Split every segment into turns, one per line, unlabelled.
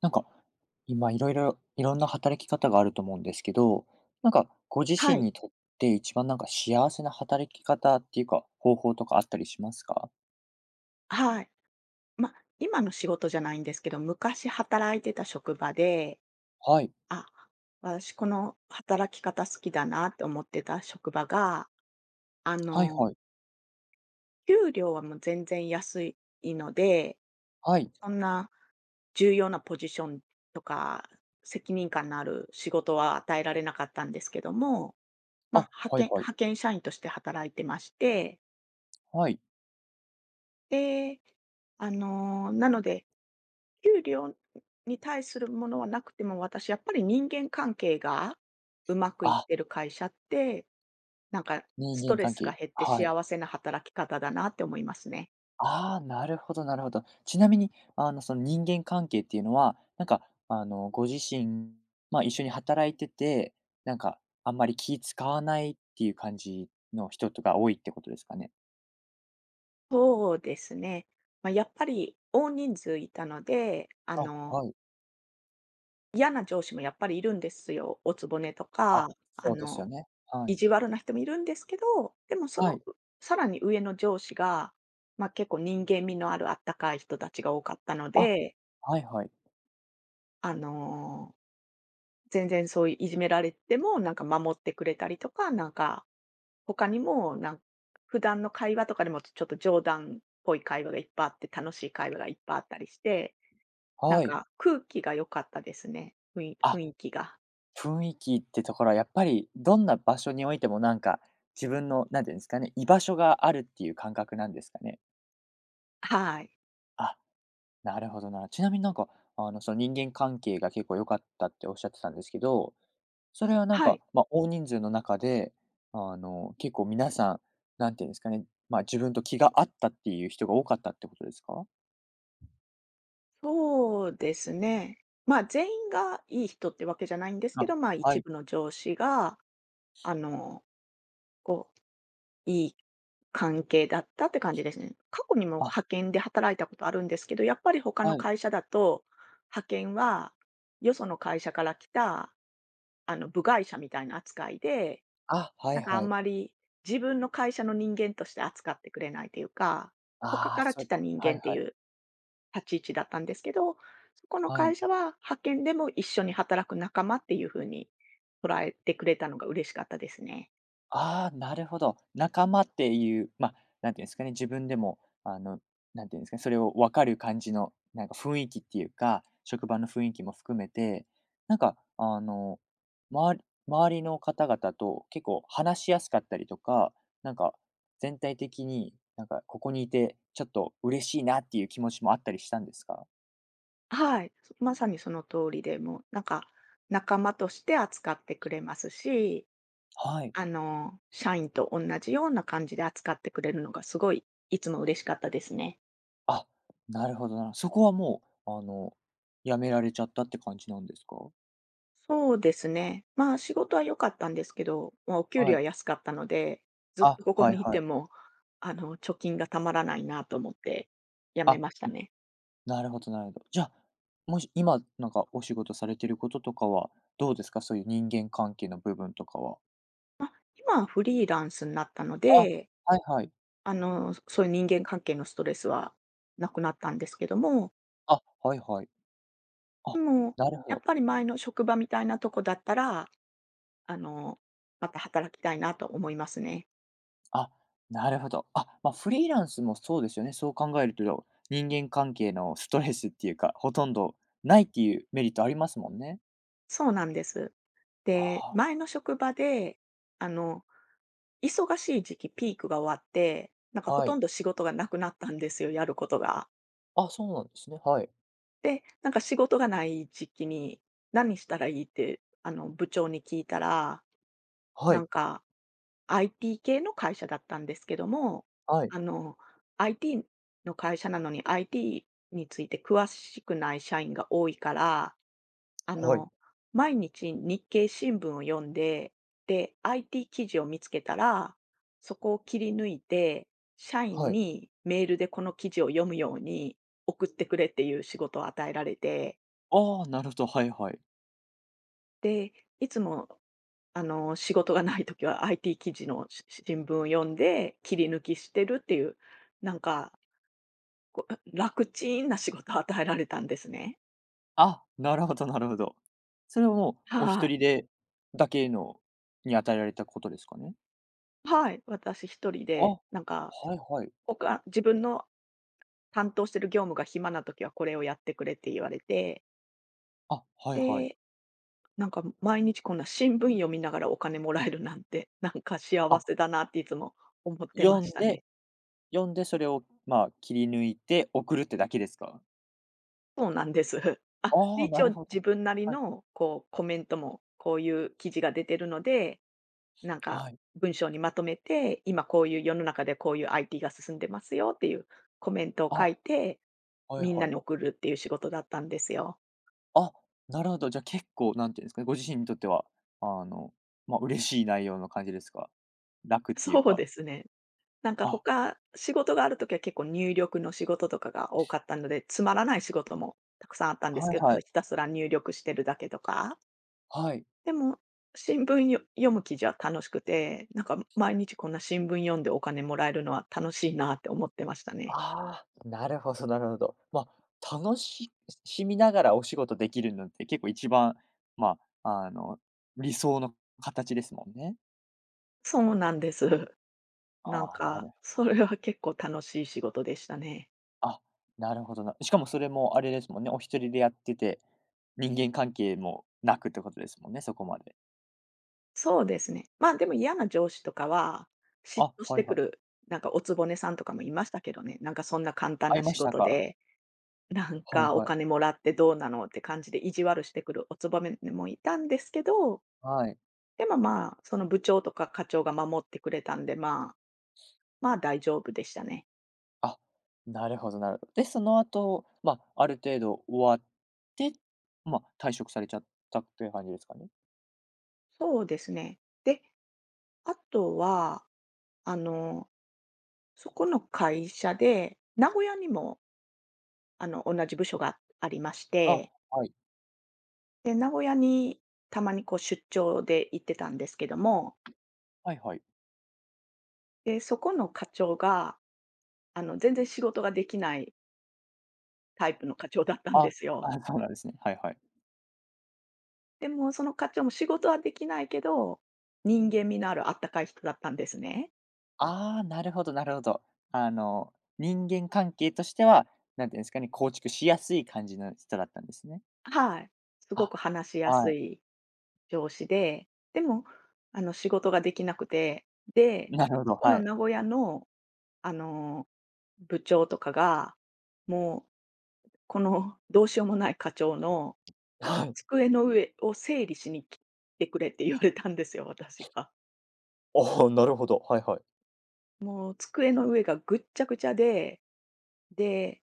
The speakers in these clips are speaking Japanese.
なんか、今いろんな働き方があると思うんですけど、ご自
は
身
い、
にとって一番幸せな働き方っていうか、方法とかあったりしますか？
はい。今の仕事じゃないんですけど、昔働いてた職場で、
はい。
あ、私この働き方好きだなって思ってた職場が、あ
はい
の、
はい。
給料はもう全然安いので、
はい。
そんな重要なポジションとか、責任感のある仕事は与えられなかったんですけども、
あ、
派
はい
遣
はい。
派遣社員として働いてまして、
はい。
で、なので給料に対するものはなくても、私やっぱり人間関係がうまくいっ
あ、
てる会社って、なんか
人
スト
間
レ
関
スが
係。
減って
はい。
幸せな働き方だなって思いますね。
ああ、なるほどなるほど。ちなみに、その人間関係っていうのは、ご自身、まあ、一緒に働いてて、あんまり気使わないっていう感じの人とか多いってことですかね？
そうですね。まあ、やっぱり大人数いたので、
あ、はい。
嫌な上司もやっぱりいるんですよ。おつぼねと
あ、
か、あ
そうです
の、
よね。は
意
い。
地悪な人もいるんですけど、でもそ
は
の、
い。
さらに上の上司が、ま、結構人間味のあるあったかい人たちが多かったの
あ、
で
はいはい。
あの、全然そういういじめられても、なんか守ってくれたりとか、なんか、他にも、なん普段の会話とかでもちょっと冗談っぽい会話がいっぱいあって、楽しい会話がいっぱいあったりして、なん
はい。
か空気が良かったですね。雰囲
あ、
雰囲気が。
雰囲気ってところはやっぱりどんな場所においても自分のなんていうんですかね、居場所があるっていう感覚なんですかね？
はい。
あ、なるほどな。ちなみにその人間関係が結構良かったっておっしゃってたんですけど、それは
はい。
まあ、大人数の中で、結構皆さん、なんていうんですかね、まあ、自分と気が合ったっていう人が多かったってことですか？
そうですね。まあ、全員がいい人ってわけじゃないんですけ
あ、
ど、まあ、
は
一
い。
部の上司が、あの、こういい関係だったって感じですね。過去にも
あ、
派遣で働いたことあるんですけど、やっぱり他
は
の
い。
会社だと、派遣はよその会社から来た、部外者みたいな扱いで、
あ、は
な
い
んかあ
は
ん
い。
まり自分の会社の人間として扱ってくれないというか、他
ああ、
から
そ
来
う、
た人
はい
間って
は
い
い。
う立ち位置だったんですけど、そこの
はい。
会社は派遣でも一緒に働く仲間っていうふうに捉えてくれたのが嬉しかったですね。
ああ、なるほど。仲間っていう、まあ、なんていうんですかね、自分でも、あの、なんていうんですかね、それを分かる感じの、雰囲気っていうか、職場の雰囲気も含めて、なんか、あの、まわり周りの方々と結構話しやすかったりとか、なんか、全体的に、ここにいてちょっと嬉しいなっていう気持ちもあったりしたんですか？
はい、まさにその通りで、もうなんか仲間として扱ってくれますし、
はい。
あの、社員と同じような感じで扱ってくれるのがすごい、いつも嬉しかったですね。
あ、なるほどな。そこはもう、辞められちゃったって感じなんですか？
そうですね。まあ仕事は良かったんですけど、まあお給
は
料は
い。
安かったので、ずっ
あ、
とここ
はい
にい
は
て
い。
も、貯金がたまらないなと思って辞
あ、
めました
ん、
ね。
なるほどなるほど。じゃあ、もし今、お仕事されてることとかはどうですか？そういう人間関係の部分とかは。
今はフリーランスになったの
あ、
で、
はいはい。
そういう人間関係のストレスはなくなったんですけども、
あ、はいはい。あ、
でも、
なるほ
やっ
ど。
ぱり前の職場みたいなとこだったら、あの、また働きたいなと思いますね。
あ、なるほど。あ、まあ、フリーランスもそうですよね。そう考えると、人間関係のストレスっていうか、ほとんどないっていうメリットありますもんね。
そうなんです。で、
あ
前の職場で、あの、忙しい時期ピークが終わって、なんか
あ、
ほ
は
と
い。
んど仕事がなくなったんですよ、やることが。
あ、そうなんですね。はい。
で、なんか仕事がない時期に何したらいいって、部長に聞いたら、
は
なん
い。
か、IT 系の会社だったんですけども、
はい。
あの、IT の会社なのに IT について詳しくない社員が多いから、あ
はい。
の、毎日日経新聞を読んで、で、IT 記事を見つけたら、そこを切り抜いて、社員
はい。
にメールでこの記事を読むように送ってくれっていう仕事を与えられて
ああ、なるほど、はいはい。
で、いつも、仕事がない時は IT 記事の新聞を読んで、切り抜きしてるっていう、なんか、こう、楽ちんな仕事を与えられたんですね。
あ、なるほどなるほど。それはもう、お一
はい。
人でだけのに与えられたことですかね？
はい、私一人
あ、
で、
は
なんか、
いはい。
自分の担当してる業務が暇な時はこれをやってくれって言われて、
あ、はいはい。
で、なんか毎日こんな新聞読みながらお金もらえるなんて、なんか
あ、
幸せだなっていつも思ってま
読ん
したね。
で読んで、それを、まあ、切り抜いて送るってだけですか？
そうなんです。あ、で、
ああ、
一
な
応
るほ
自
ど。
分なり
はい。
のこうコメントも、こういう記事が出てるので、なんか
はい。
文章にまとめて、今こういう世の中でこういう IT が進んでますよっていうコメントを
あ、
書いて、
はい
みんな
はい。
に送るっていう仕事だったんですよ。
あ、なるほど。じゃ、結構、なんていうんですかね、ご自身にとっては、あの、まあ、嬉しい内容の感じですか？楽っ ていう
そう
か？
ですね。なんか
あ、
他、仕事があるときは結構入力の仕事とかが多かったので、つまらない仕事もたくさんあったんです
はい
け
は
ど、
い。
ひたすら入力してるだけとか。
はい。
でも、新聞よ読む記事は楽しくて、なんか毎日こんな新聞読んでお金もらえるのは楽しいなって思ってましたね。
ああ、なるほどなるほど。まあ、楽しみながらお仕事できるのって結構一番、まあ、理想の形ですもんね。
そうなんです。なん
ああ、
か、それは結構楽しい仕事でしたね。
あ、なるほどな。しかもそれもあれですもんね、お一人でやってて、人間関係もなくってことですもんね、そこまで。
そうですね。まあ、でも嫌な上司とかは、嫉
あ、
妬し
は
て
い
く
はい。
る、なんかおつぼねさんとかもいましたけどね、なんかそんな簡単
会
な
いま
仕
した
事
か？
で、なん
はい
かお
はい。
金もらってどうなのって感じで意地悪してくるおつぼねもいたんですけど、
はい。
でもまあ、その部長とか課長が守ってくれたんで、まあ、まあ大丈夫でしたね。
あ、なるほどなるほど。で、その後、まあ、ある程度終わって、まあ、退職されちゃったという感じですかね？
そうですね。で、あとは、あの、そこの会社で、名古屋にも、同じ部署がありまし
あ、
て、
はい。
で、名古屋にたまにこう出張で行ってたんですけども、
はいはい。
で、そこの課長が、全然仕事ができないタイプの課長だったん
あ、
で
あ、
すよ。
そうなんですね。はいはい。
でも、その課長も仕事はできないけど、人間味のあるあったかい人だったんですね。
ああ、なるほどなるほど。人間関係としては、なんていうんですかね、構築しやすい感じの人だったんですね。
はい。すご
あ、
く話しや
は
す
い。
い上司で、でも、仕事ができなくて、で、
なるほ
そ
ど、
こ
は
の
い。
名古屋の、あの、部長とかが、もう、このどうしようもない課長の
はい。
机の上を整理しに来てくれって言われたんですよ、私が。
ああ、なるほど。はいはい。
もう机の上がぐっちゃぐちゃで、で、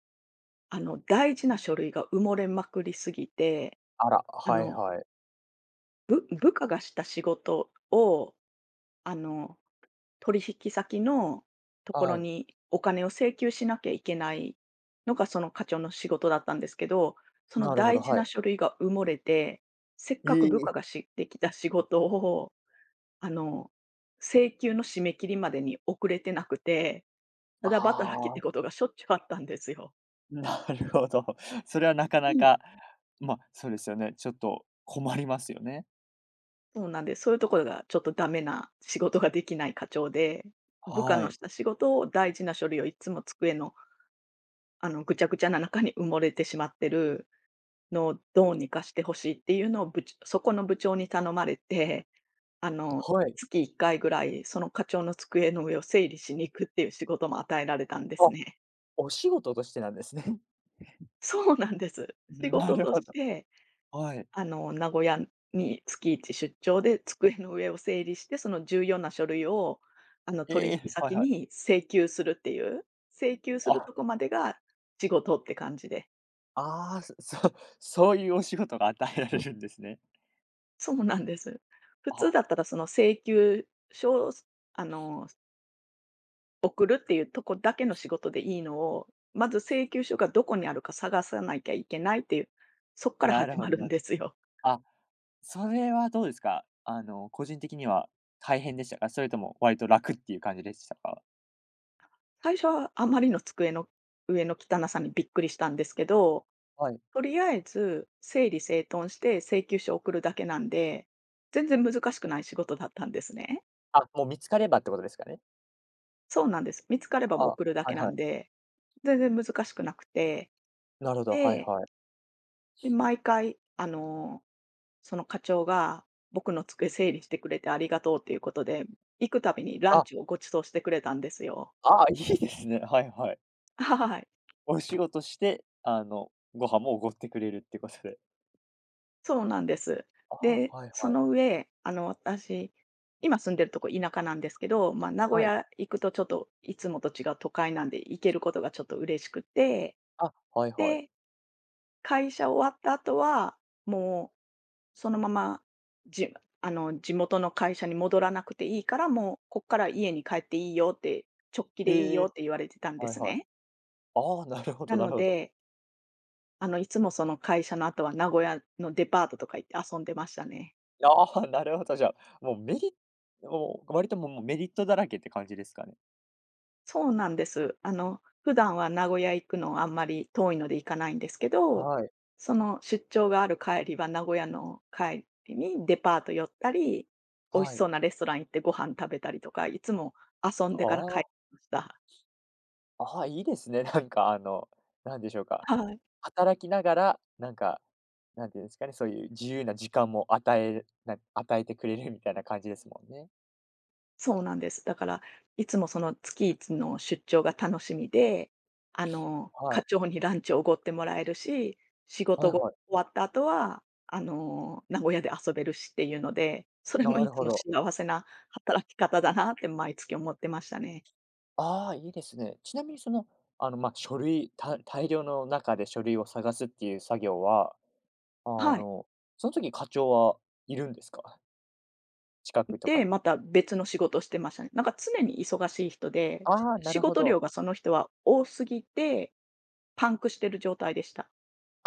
大事な書類が埋もれまくりすぎて、あの、
おお
部下がした仕事を、あの取引先のところにお金を請求しなきゃいけないのが、その課長の仕事だったんですけど、その
なるほ
大
ど、
事
は
な
い。
書類が埋もれて、せっ
え
かく部下
え。
がしてきた仕事を、あの、請求の締め切りまでに遅れてなくて、た
あ
だ働きって
あ。
ことがしょっちゅうあったんですよ。
なるほど。それはなかな
うん。
か、まあ、そうですよね。ちょっと困りますよね。
そうなんです。そういうところがちょっとダメな、仕事ができない課長で、部下
は
のし
い。
た仕事を大事な書類をいつも机の、ぐちゃぐちゃな中に埋もれてしまってるの、どうにかしてほしいっていうのをそこの部長に頼まれて、あの、
はい。
月1回ぐらい、その課長の机の上を整理しに行くっていう仕事も与えられたんです
あ、
ね。
お仕事としてなんですね。
そうなんです。仕
な
事
る
と
ほ
し
ど。
て、
はい。
名古屋に月1出張で机の上を整理して、その重要な書類を、取
ええ、
引
はい
先
はい。
に請求するっていう、請求する
あ、
とこまでが仕事って感じで。
ああ、そういうお仕事が与えられるんですね。
そうなんです。普通
あ、
だったらその請求書を、あの送るっていうとこだけの仕事でいいのを、まず請求書がどこにあるか探さなきゃいけないっていう、そっから
なる
始
ほ
ま
ど
る
な
ん
る
で
ほど。
すよ。
あ、それはどうですか？個人的には大変でしたか？それとも割と楽っていう感じでしたか？
最初はあまりの机の上の汚さにびっくりしたんですけど、
はい。
とりあえず整理整頓して請求書を送るだけなんで、全然難しくない仕事だったんですね。
あ、もう見つかればってことですかね？
そうなんです。見つかればも
あ、
う
は
送るだけ
い
な
は
ん
い。
で、全然難しくなくて、
なるほど、はい
で、
はい。
で毎回あのその課長が僕の机整理してくれてありがとうっていうことで、行くたびにラン
あ
チをご馳走してくれたんですよ。
ああ、いいですね。はいはい。
はい、
お仕事して、ご飯も奢ってくれるってことで。
そうなんです。
ああ、
で、
はい
そ
はい。
の上、私、今住んでるとこ田舎なんですけど、まあ、名古
はい。
屋行くとちょっといつもと違う都会なんで行けることがちょっと嬉しくて、
あ、はいはい。
で、会社終わった後は、もうそのまま、じあの、地元の会社に戻らなくていいから、もうこっから家に帰っていいよって、直帰でいい
え
よ
え、
って言われてたんで
はい
す
はい。
ね。
ああ、なるほど
な
な
の
るほど。
で、あの、いつもその会社の後は名古屋のデパートとか行って遊んでましたね。
ああ、なるほど、じゃあ、もうメリもう割ともうメリットだらけって感じですかね。
そうなんです。あの、普段は名古屋行くのあんまり遠いので行かないんですけど、
はい、
その出張がある帰りは名古屋の帰りにデパート寄ったり、美味し
はい。
そうなレストラン行ってご飯食べたりとか、いつも遊んでから帰
あ
りました。
あ、ああ、いいですね。なんでしょうか、
はい。
働きながら、なんていうんですかね、そういう自由な時間も与えてくれるみたいな感じですもんね。
そうなんです。だから、いつもその月一の出張が楽しみで、あの、
は
課
い。
長にランチを奢ってもらえるし、仕
は
事
い
が終
はい。
わった後は、あの、名古屋で遊べるしっていうので、それも
な
い
る
つ
ほ
も
ど。
幸せな働き方だなって毎月思ってましたね。
ああ、いいですね。ちなみにその、まあ、書類、大量の中で書類を探すっていう作業は、あ
はい。
の、その時課長はいるんですか？近くとか
で、
に。
また別の仕事をしてましたね。なんか常に忙しい人で、
ああ、な
仕
るほ
事量
ど。
がその人は多すぎて、パンクしてる状態でした。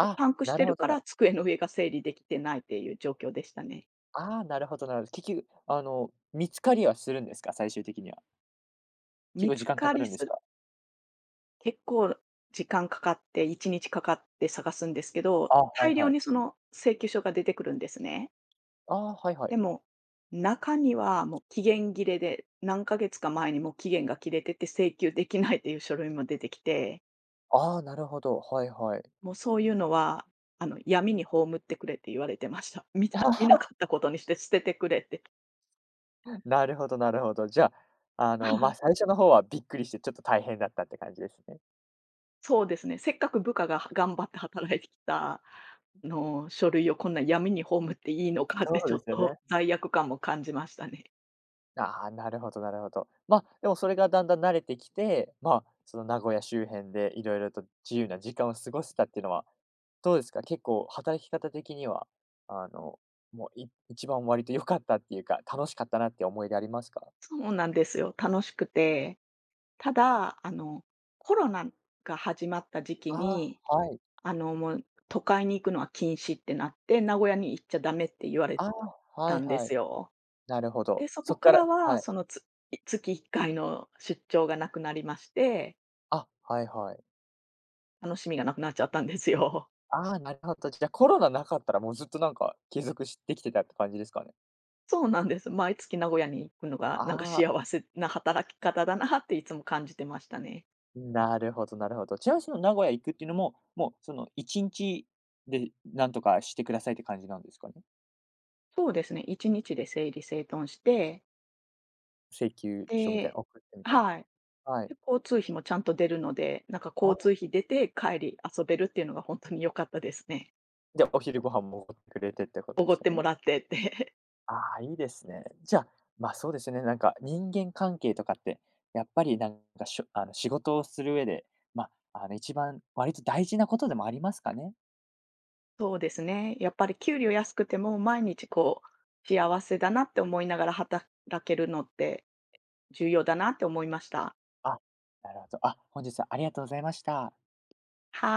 で、パンクし
な
て
る
る
ほど
か
な。
ら机の上が整理できてないっていう状況でしたね。
ああ、なるほどなるほど。結局、見つかりはするんですか？最終的には。結
見
構
つ
時間か
か
か
り
るんです
す
か？
結構時間かかって、1日かかって探すんですけど、
ああ、はい
大量
はい。
にその請求書が出てくるんですね。
ああ、はいは
で
い。
も、中にはもう期限切れで、何ヶ月か前にもう期限が切れてて請求できないっていう書類も出てきて、
ああ、なるほど。はいはい。
もうそういうのは、あの、闇に葬ってくれって言われてました。見な かったことにして捨ててくれって。
なるほどなるほど。じゃあ、まあ、最初の方はびっくりしてちょっと大変だったって感じですね。
そうですね。せっかく部下がは頑張って働いてきたあの書類をこんな闇に葬っていいのかっ
そ
て
う
ちょ
で
っ
すよ
と
ね。
罪悪感も感じましたね。
ああ、なるほどなるほど。ま、あでもそれがだんだん慣れてきて、ま、あその名古屋周辺でいろいろと自由な時間を過ごせたっていうのは、どうですか？結構働き方的には、あの、もう、一番割と良かったっていうか、楽しかったなって思い出ありますか？
そうなんですよ。楽しくて。ただ、あの、コロナが始まった時期
あ
に、
あ、はい。
あの、もう都会に行くのは禁止ってなって、名古屋に行っちゃダメって言われ
ああ、は
た
い
んで
はい。
すよ。
なるほど。
で、そ
そ
こ
っ
か
か
ら
ら
は、
はい。
そのつ月い月1回の出張がなくなりまして、
あ、はいはい。
楽しみがなくなっちゃったんですよ。
ああ、なるほど。じゃ、コロナなかったらもうずっと継続してきてたって感じですかね？
そうなんです。毎月名古屋に行くのが、
あ
なんか
あ。
幸せな働き方だなっていつも感じてましたね。
なるほどなるほど。ちなみにその名古屋行くっていうのも、もうその1日でなんとかしてくださいって感じなんですかね？
そうですね、1日で整理整頓して、
請求書みたい
で
な送ってみたい
はい。
な。はい。
で、交通費もちゃんと出るので、なんか交通
あ、
費出て帰り遊べるっていうのが本当に良かったですね。
じゃ、お昼ご飯も送ってくれてってこと
お
で
ご
す
って
よ
も
ね。
らってって。
ああ、いいですね。じゃあ、ま、そうですね、人間関係とかって、やっぱりなんかしょあの、仕事をする上で、まあ、一番割と大事なことでもありますかね？
そうですね、やっぱり給料安くても毎日こう、幸せだなって思いながら働けるのって重要だなって思いました。
あ、なるほど。あ、本日はありがとうございました。
はい。